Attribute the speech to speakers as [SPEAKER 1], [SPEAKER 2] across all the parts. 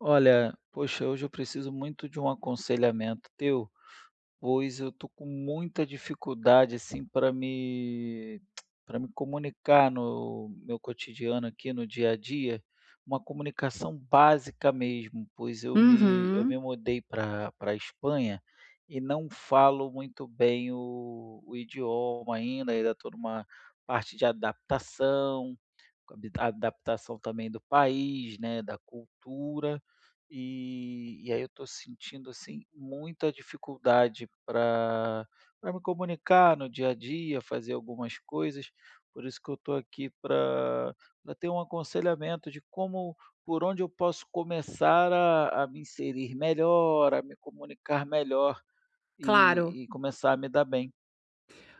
[SPEAKER 1] Olha, poxa, hoje eu preciso muito de um aconselhamento teu, pois eu tô com muita dificuldade assim para me para me comunicar no meu cotidiano aqui no dia a dia, uma comunicação básica mesmo, pois eu me
[SPEAKER 2] Uhum,
[SPEAKER 1] mudei para a Espanha e não falo muito bem o idioma ainda, ainda estou numa parte de adaptação, a adaptação também do país, né, da cultura, e aí eu estou sentindo, assim, muita dificuldade para pra me comunicar no dia a dia, fazer algumas coisas, por isso que eu estou aqui para pra ter um aconselhamento de como por onde eu posso começar a me inserir melhor, a me comunicar melhor
[SPEAKER 2] claro.
[SPEAKER 1] e começar a me dar bem.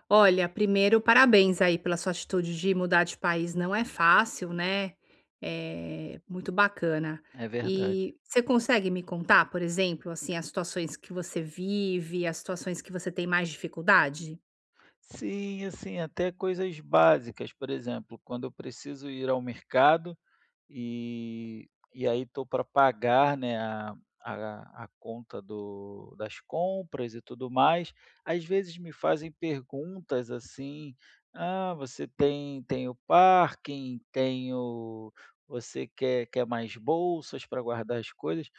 [SPEAKER 2] Olha, primeiro, parabéns aí pela sua atitude de mudar de país, não é fácil, né? É muito bacana.
[SPEAKER 1] É verdade.
[SPEAKER 2] E você consegue me contar, por exemplo, assim, as situações que você vive, as situações que você tem mais dificuldade?
[SPEAKER 1] Sim, assim, até coisas básicas, por exemplo, quando eu preciso ir ao mercado e e aí estou para pagar, né, a conta do das compras e tudo mais, às vezes me fazem perguntas assim: "Ah, você tem o parking? Tem o você quer mais bolsas para guardar as coisas?"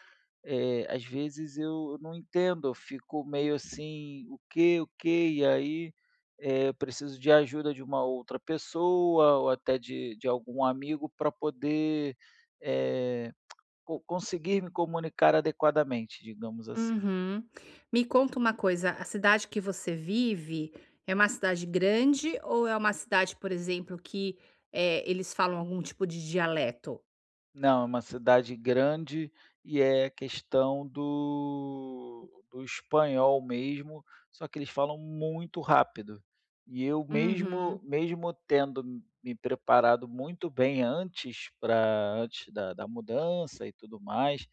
[SPEAKER 1] Às vezes eu não entendo, eu fico meio assim, o que E aí, eu preciso de ajuda de uma outra pessoa ou até de algum amigo para poder eh, conseguir me comunicar adequadamente, digamos assim.
[SPEAKER 2] Uhum. Me conta uma coisa, a cidade que você vive é uma cidade grande ou é uma cidade, por exemplo, que eles falam algum tipo de dialeto?
[SPEAKER 1] Não, é uma cidade grande e é questão do espanhol mesmo, só que eles falam muito rápido. E eu mesmo
[SPEAKER 2] Uhum.
[SPEAKER 1] mesmo tendo me preparado muito bem antes para antes da mudança e tudo mais,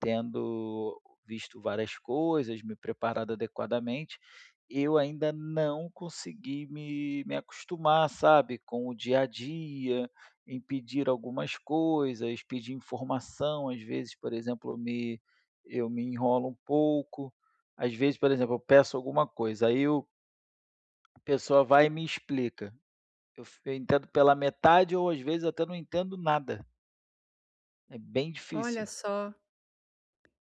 [SPEAKER 1] tendo visto várias coisas, me preparado adequadamente, eu ainda não consegui me acostumar, sabe, com o dia a dia, em pedir algumas coisas, pedir informação, às vezes, por exemplo, eu me enrolo um pouco. Às vezes, por exemplo, eu peço alguma coisa, aí o a pessoa vai e me explica. Eu entendo pela metade ou, às vezes, até não entendo nada. É bem
[SPEAKER 2] Olha
[SPEAKER 1] difícil.
[SPEAKER 2] só.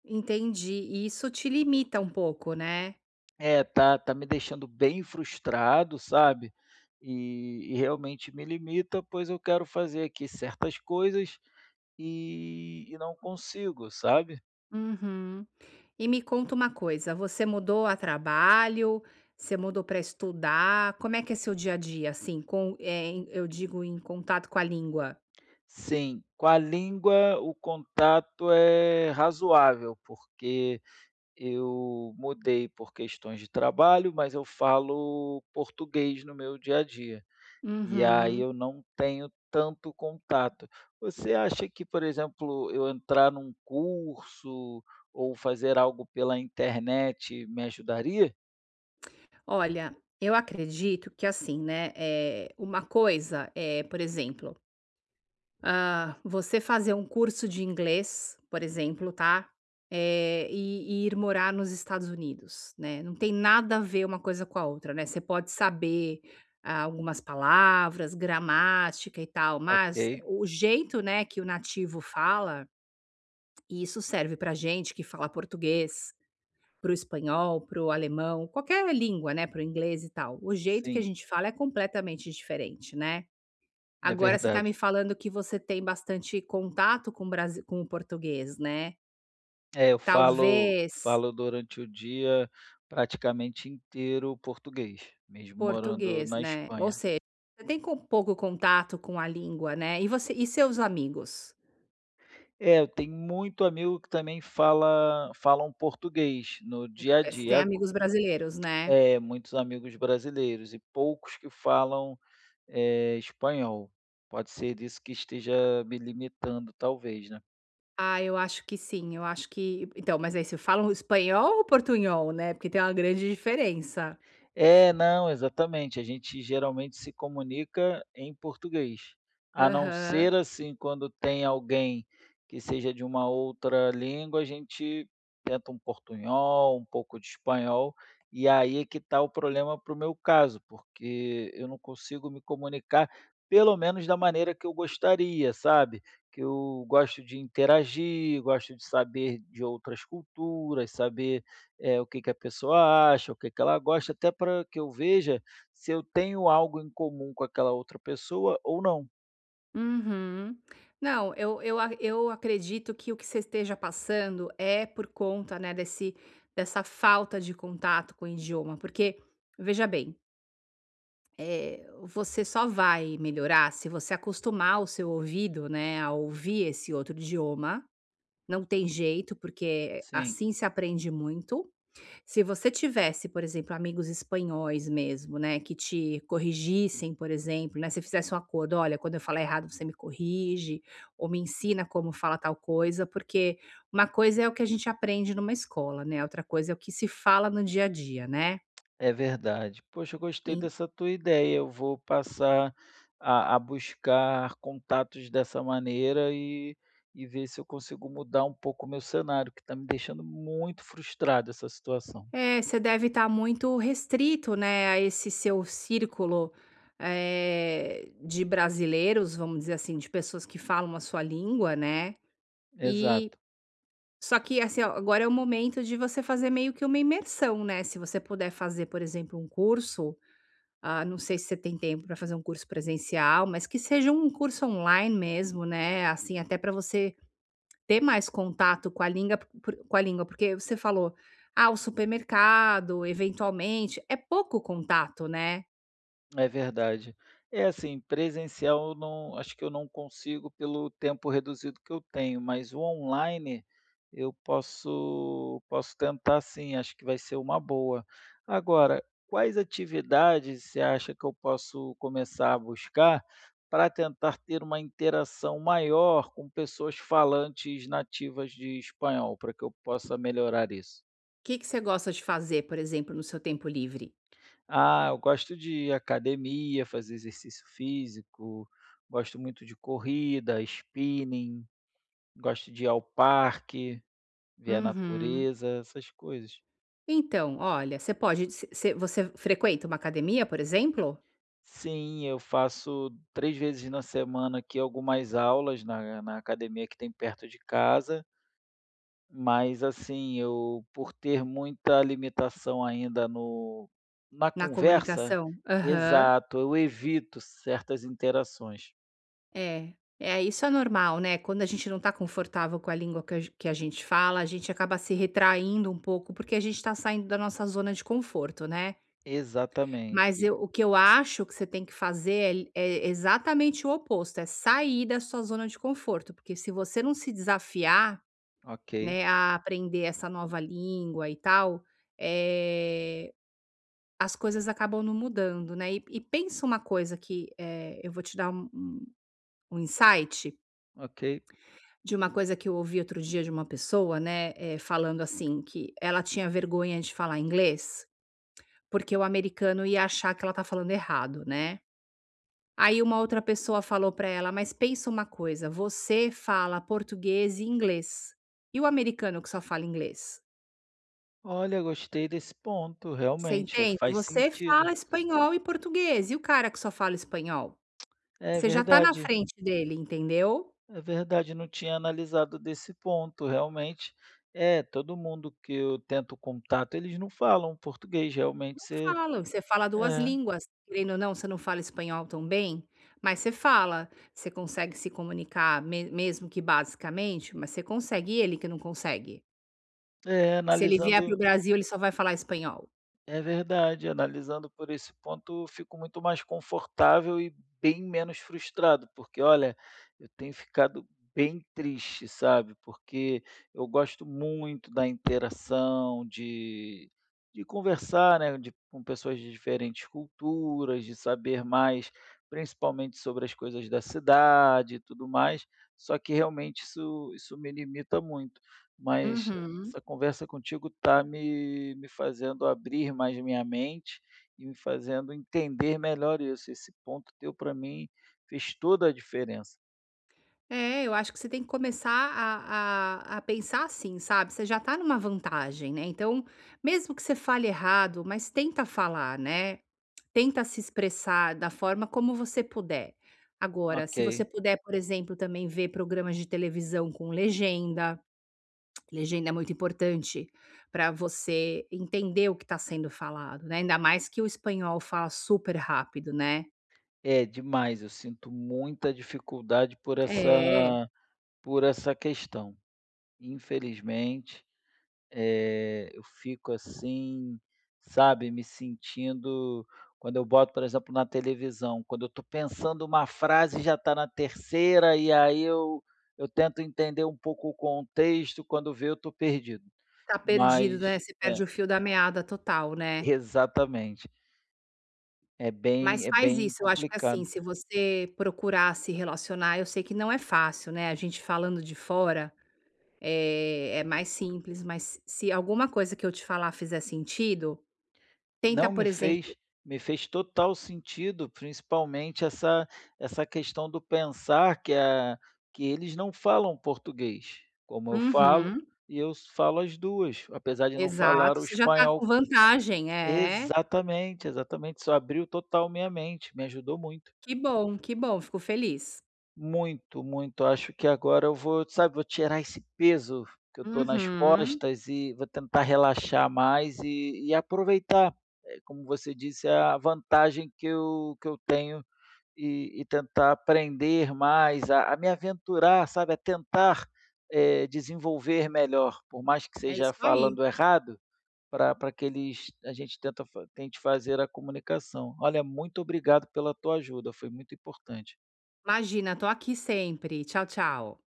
[SPEAKER 2] Entendi. E isso te limita um pouco, né?
[SPEAKER 1] É, tá me deixando bem frustrado, sabe, e realmente me limita, pois eu quero fazer aqui certas coisas e não consigo, sabe.
[SPEAKER 2] Uhum. E me conta uma coisa, você mudou a trabalho? Você mudou para estudar? Como é que é seu dia a dia, assim, com, eu digo em contato com a língua?
[SPEAKER 1] Sim, com a língua o contato é razoável, porque eu mudei por questões de trabalho, mas eu falo português no meu dia a dia. E aí
[SPEAKER 2] Uhum.
[SPEAKER 1] eu não tenho tanto contato. Você acha que, por exemplo, eu entrar num curso ou fazer algo pela internet me ajudaria?
[SPEAKER 2] Olha, eu acredito que assim, né? É, uma coisa é, por exemplo, ah, você fazer um curso de inglês, por exemplo, tá? E ir morar nos Estados Unidos, né? Não tem nada a ver uma coisa com a outra, né? Você pode saber ah, algumas palavras, gramática e tal, mas
[SPEAKER 1] Ok,
[SPEAKER 2] o jeito, né, que o nativo fala, e isso serve pra gente que fala português, pro espanhol, pro alemão, qualquer língua, né, pro inglês e tal. O jeito que a
[SPEAKER 1] sim,
[SPEAKER 2] gente fala é completamente diferente, né?
[SPEAKER 1] é
[SPEAKER 2] Agora você está me
[SPEAKER 1] verdade.
[SPEAKER 2] falando que você tem bastante contato com o brasi com o português, né.
[SPEAKER 1] É, eu falo
[SPEAKER 2] Talvez
[SPEAKER 1] falo durante o dia praticamente inteiro português, mesmo morando
[SPEAKER 2] português,
[SPEAKER 1] na
[SPEAKER 2] né. Ou
[SPEAKER 1] Espanha.
[SPEAKER 2] seja, você tem com pouco contato com a língua, né. E você e seus amigos?
[SPEAKER 1] É, eu tenho muito amigo que também falam português no dia a
[SPEAKER 2] Eh, você
[SPEAKER 1] dia,
[SPEAKER 2] tem
[SPEAKER 1] ago
[SPEAKER 2] amigos brasileiros, né?
[SPEAKER 1] é, muitos amigos brasileiros e poucos que falam. Espanhol, pode ser isso que esteja me limitando talvez, né?
[SPEAKER 2] Ah, eu acho que sim, eu acho que então, mas aí se falam espanhol ou portunhol, né, porque tem uma grande diferença.
[SPEAKER 1] É, não, exatamente. A gente geralmente se comunica em português, a não
[SPEAKER 2] Aham.
[SPEAKER 1] ser assim quando tem alguém que seja de uma outra língua, a gente tenta um portunhol, um pouco de espanhol, e aí é que está o problema para o meu caso, porque eu não consigo me comunicar, pelo menos da maneira que eu gostaria, sabe? Que eu gosto de interagir, gosto de saber de outras culturas, saber é o que que a pessoa acha, o que que ela gosta, até para que eu veja se eu tenho algo em comum com aquela outra pessoa ou não.
[SPEAKER 2] Uhum. Não, eu acredito que o que você esteja passando é por conta, né, desse dessa falta de contato com o idioma, porque, veja bem, é você só vai melhorar se você acostumar o seu ouvido, né, a ouvir esse outro idioma, não tem jeito, porque
[SPEAKER 1] Sim,
[SPEAKER 2] assim se aprende muito. Se você tivesse, por exemplo, amigos espanhóis mesmo, né, que te corrigissem, por exemplo, né, se fizesse um acordo: "Olha, quando eu falar errado, você me corrige ou me ensina como fala tal coisa", porque uma coisa é o que a gente aprende numa escola, né, outra coisa é o que se fala no dia a dia, né.
[SPEAKER 1] é verdade. Poxa, eu gostei
[SPEAKER 2] En
[SPEAKER 1] dessa tua ideia, eu vou passar a buscar contatos dessa maneira e ver se eu consigo mudar um pouco o meu cenário, que está me deixando muito frustrado essa situação.
[SPEAKER 2] É, você deve estar muito restrito, né, a esse seu círculo, de brasileiros, vamos dizer assim, de pessoas que falam a sua língua, né, e
[SPEAKER 1] Exato.
[SPEAKER 2] só que, assim, ó, agora é o momento de você fazer meio que uma imersão, né, se você puder fazer, por exemplo, um curso, ah, não sei se você tem tempo para fazer um curso presencial, mas que seja um curso online mesmo, né, assim, até para você ter mais contato com a língua por com a língua, porque você falou: "Ah, o supermercado, eventualmente", é pouco contato, né.
[SPEAKER 1] É verdade. É assim, presencial eu não acho que eu não consigo pelo tempo reduzido que eu tenho, mas o online eu posso tentar sim, acho que vai ser uma boa. Agora, quais atividades você acha que eu posso começar a buscar para tentar ter uma interação maior com pessoas falantes nativas de espanhol, para que eu possa melhorar isso?
[SPEAKER 2] O que que você gosta de fazer, por exemplo, no seu tempo livre?
[SPEAKER 1] Ah, eu gosto de academia, fazer exercício físico, gosto muito de corrida, spinning, gosto de ir ao parque, ver a
[SPEAKER 2] Uhum.
[SPEAKER 1] natureza, essas coisas.
[SPEAKER 2] Então, olha, você pode se você frequenta uma academia, por exemplo?
[SPEAKER 1] Sim, eu faço 3 vezes na semana aqui algumas aulas na academia que tem perto de casa, mas, assim, eu por ter muita limitação ainda no na
[SPEAKER 2] Na
[SPEAKER 1] conversa
[SPEAKER 2] comunicação? Aham.
[SPEAKER 1] exato, eu evito certas interações.
[SPEAKER 2] É. É, isso é normal, né, quando a gente não tá confortável com a língua que a gen que a gente fala, a gente acaba se retraindo um pouco, porque a gente tá saindo da nossa zona de conforto, né. Mas eu
[SPEAKER 1] Exatamente.
[SPEAKER 2] o que eu acho que você tem que fazer é exatamente o oposto, é sair da sua zona de conforto, porque se você não se desafiar,
[SPEAKER 1] Ok,
[SPEAKER 2] né, a aprender essa nova língua e tal, eh, as coisas acabam não mudando, né. E pensa uma coisa que, eu vou te dar um um insight
[SPEAKER 1] ok.
[SPEAKER 2] de uma coisa que eu ouvi outro dia de uma pessoa, né, falando assim, que ela tinha vergonha de falar inglês, porque o americano ia achar que ela tá falando errado, né. Aí uma outra pessoa falou pra ela: "Mas pensa uma coisa, você fala português e inglês, e o americano que só fala inglês?
[SPEAKER 1] Olha, gostei desse ponto,
[SPEAKER 2] Você
[SPEAKER 1] realmente
[SPEAKER 2] entende?
[SPEAKER 1] faz
[SPEAKER 2] Você
[SPEAKER 1] sentido.
[SPEAKER 2] fala espanhol e português, e o cara que só fala espanhol?
[SPEAKER 1] É
[SPEAKER 2] Você já tá na
[SPEAKER 1] verdade,
[SPEAKER 2] frente dele, entendeu?"
[SPEAKER 1] é verdade, não tinha analisado desse ponto, realmente. É, todo mundo que eu tento contato, eles não falam português, realmente. Você,
[SPEAKER 2] Falo, você fala duas
[SPEAKER 1] é,
[SPEAKER 2] línguas, querendo ou não, você não fala espanhol tão bem, mas você fala, você consegue se comunicar me mesmo que basicamente, mas você consegue, e ele que não consegue?
[SPEAKER 1] é,
[SPEAKER 2] Se ele vier para o
[SPEAKER 1] analisando.
[SPEAKER 2] Brasil, ele só vai falar espanhol.
[SPEAKER 1] É verdade, analisando por esse ponto, eu fico muito mais confortável e bem menos frustrado, porque olha, eu tenho ficado bem triste, sabe? Porque eu gosto muito da interação, de conversar, né, de, com pessoas de diferentes culturas, de saber mais, principalmente sobre as coisas da cidade e tudo mais. Só que realmente isso, isso me limita muito. Mas
[SPEAKER 2] Uhum.
[SPEAKER 1] essa conversa contigo está me fazendo abrir mais minha mente e me fazendo entender melhor isso. Esse ponto teu para mim fez toda a diferença.
[SPEAKER 2] É, eu acho que você tem que começar a pensar assim, sabe, você já tá numa vantagem, né, então, mesmo que você fale errado, mas tenta falar, né, tenta se expressar da forma como você puder. Agora,
[SPEAKER 1] Ok,
[SPEAKER 2] se você puder, por exemplo, também ver programas de televisão com legenda, legenda é muito importante para você entender o que está sendo falado, né, ainda mais que o espanhol fala super rápido, né.
[SPEAKER 1] é demais. Eu sinto muita dificuldade
[SPEAKER 2] É,
[SPEAKER 1] por essa questão. Infelizmente, eu fico assim, sabe, me sentindo quando eu boto, por exemplo, na televisão, quando eu estou pensando uma frase, já está na terceira, e aí eu tento entender um pouco o contexto, quando vê eu estou perdido.
[SPEAKER 2] tá perdido,
[SPEAKER 1] Mas
[SPEAKER 2] né, você
[SPEAKER 1] é,
[SPEAKER 2] perde o fio da meada total, né.
[SPEAKER 1] exatamente. É bem
[SPEAKER 2] Mas
[SPEAKER 1] é
[SPEAKER 2] faz
[SPEAKER 1] bem
[SPEAKER 2] isso, eu acho que assim,
[SPEAKER 1] complicado.
[SPEAKER 2] se você procurar se relacionar, eu sei que não é fácil, né, a gente falando de fora, é mais simples, mas se alguma coisa que eu te falar fizer sentido, tenta,
[SPEAKER 1] Não
[SPEAKER 2] por
[SPEAKER 1] me
[SPEAKER 2] exemplo.
[SPEAKER 1] fez Me fez total sentido, principalmente essa essa questão do pensar que a que eles não falam português, como eu falo,
[SPEAKER 2] Uhum,
[SPEAKER 1] e eu falo as 2, apesar de não falar
[SPEAKER 2] exato,
[SPEAKER 1] o
[SPEAKER 2] você já tá com
[SPEAKER 1] espanhol.
[SPEAKER 2] vantagem, é.
[SPEAKER 1] Exatamente, exatamente, isso abriu total minha mente, me ajudou muito.
[SPEAKER 2] Que bom, fico feliz.
[SPEAKER 1] Muito, muito. Acho que agora eu vou, sabe, vou tirar esse peso que eu estou nas
[SPEAKER 2] Uhum,
[SPEAKER 1] costas e vou tentar relaxar mais e aproveitar, como você disse, a vantagem que eu tenho e tentar aprender mais, a me aventurar, sabe, a tentar, desenvolver melhor, por mais que
[SPEAKER 2] é isso
[SPEAKER 1] seja
[SPEAKER 2] aí.
[SPEAKER 1] falando errado, para pra que eles a gente tenta fa tente fazer a comunicação. Olha, muito obrigado pela tua ajuda, foi muito importante.
[SPEAKER 2] Imagina, tô aqui sempre. Tchau, tchau.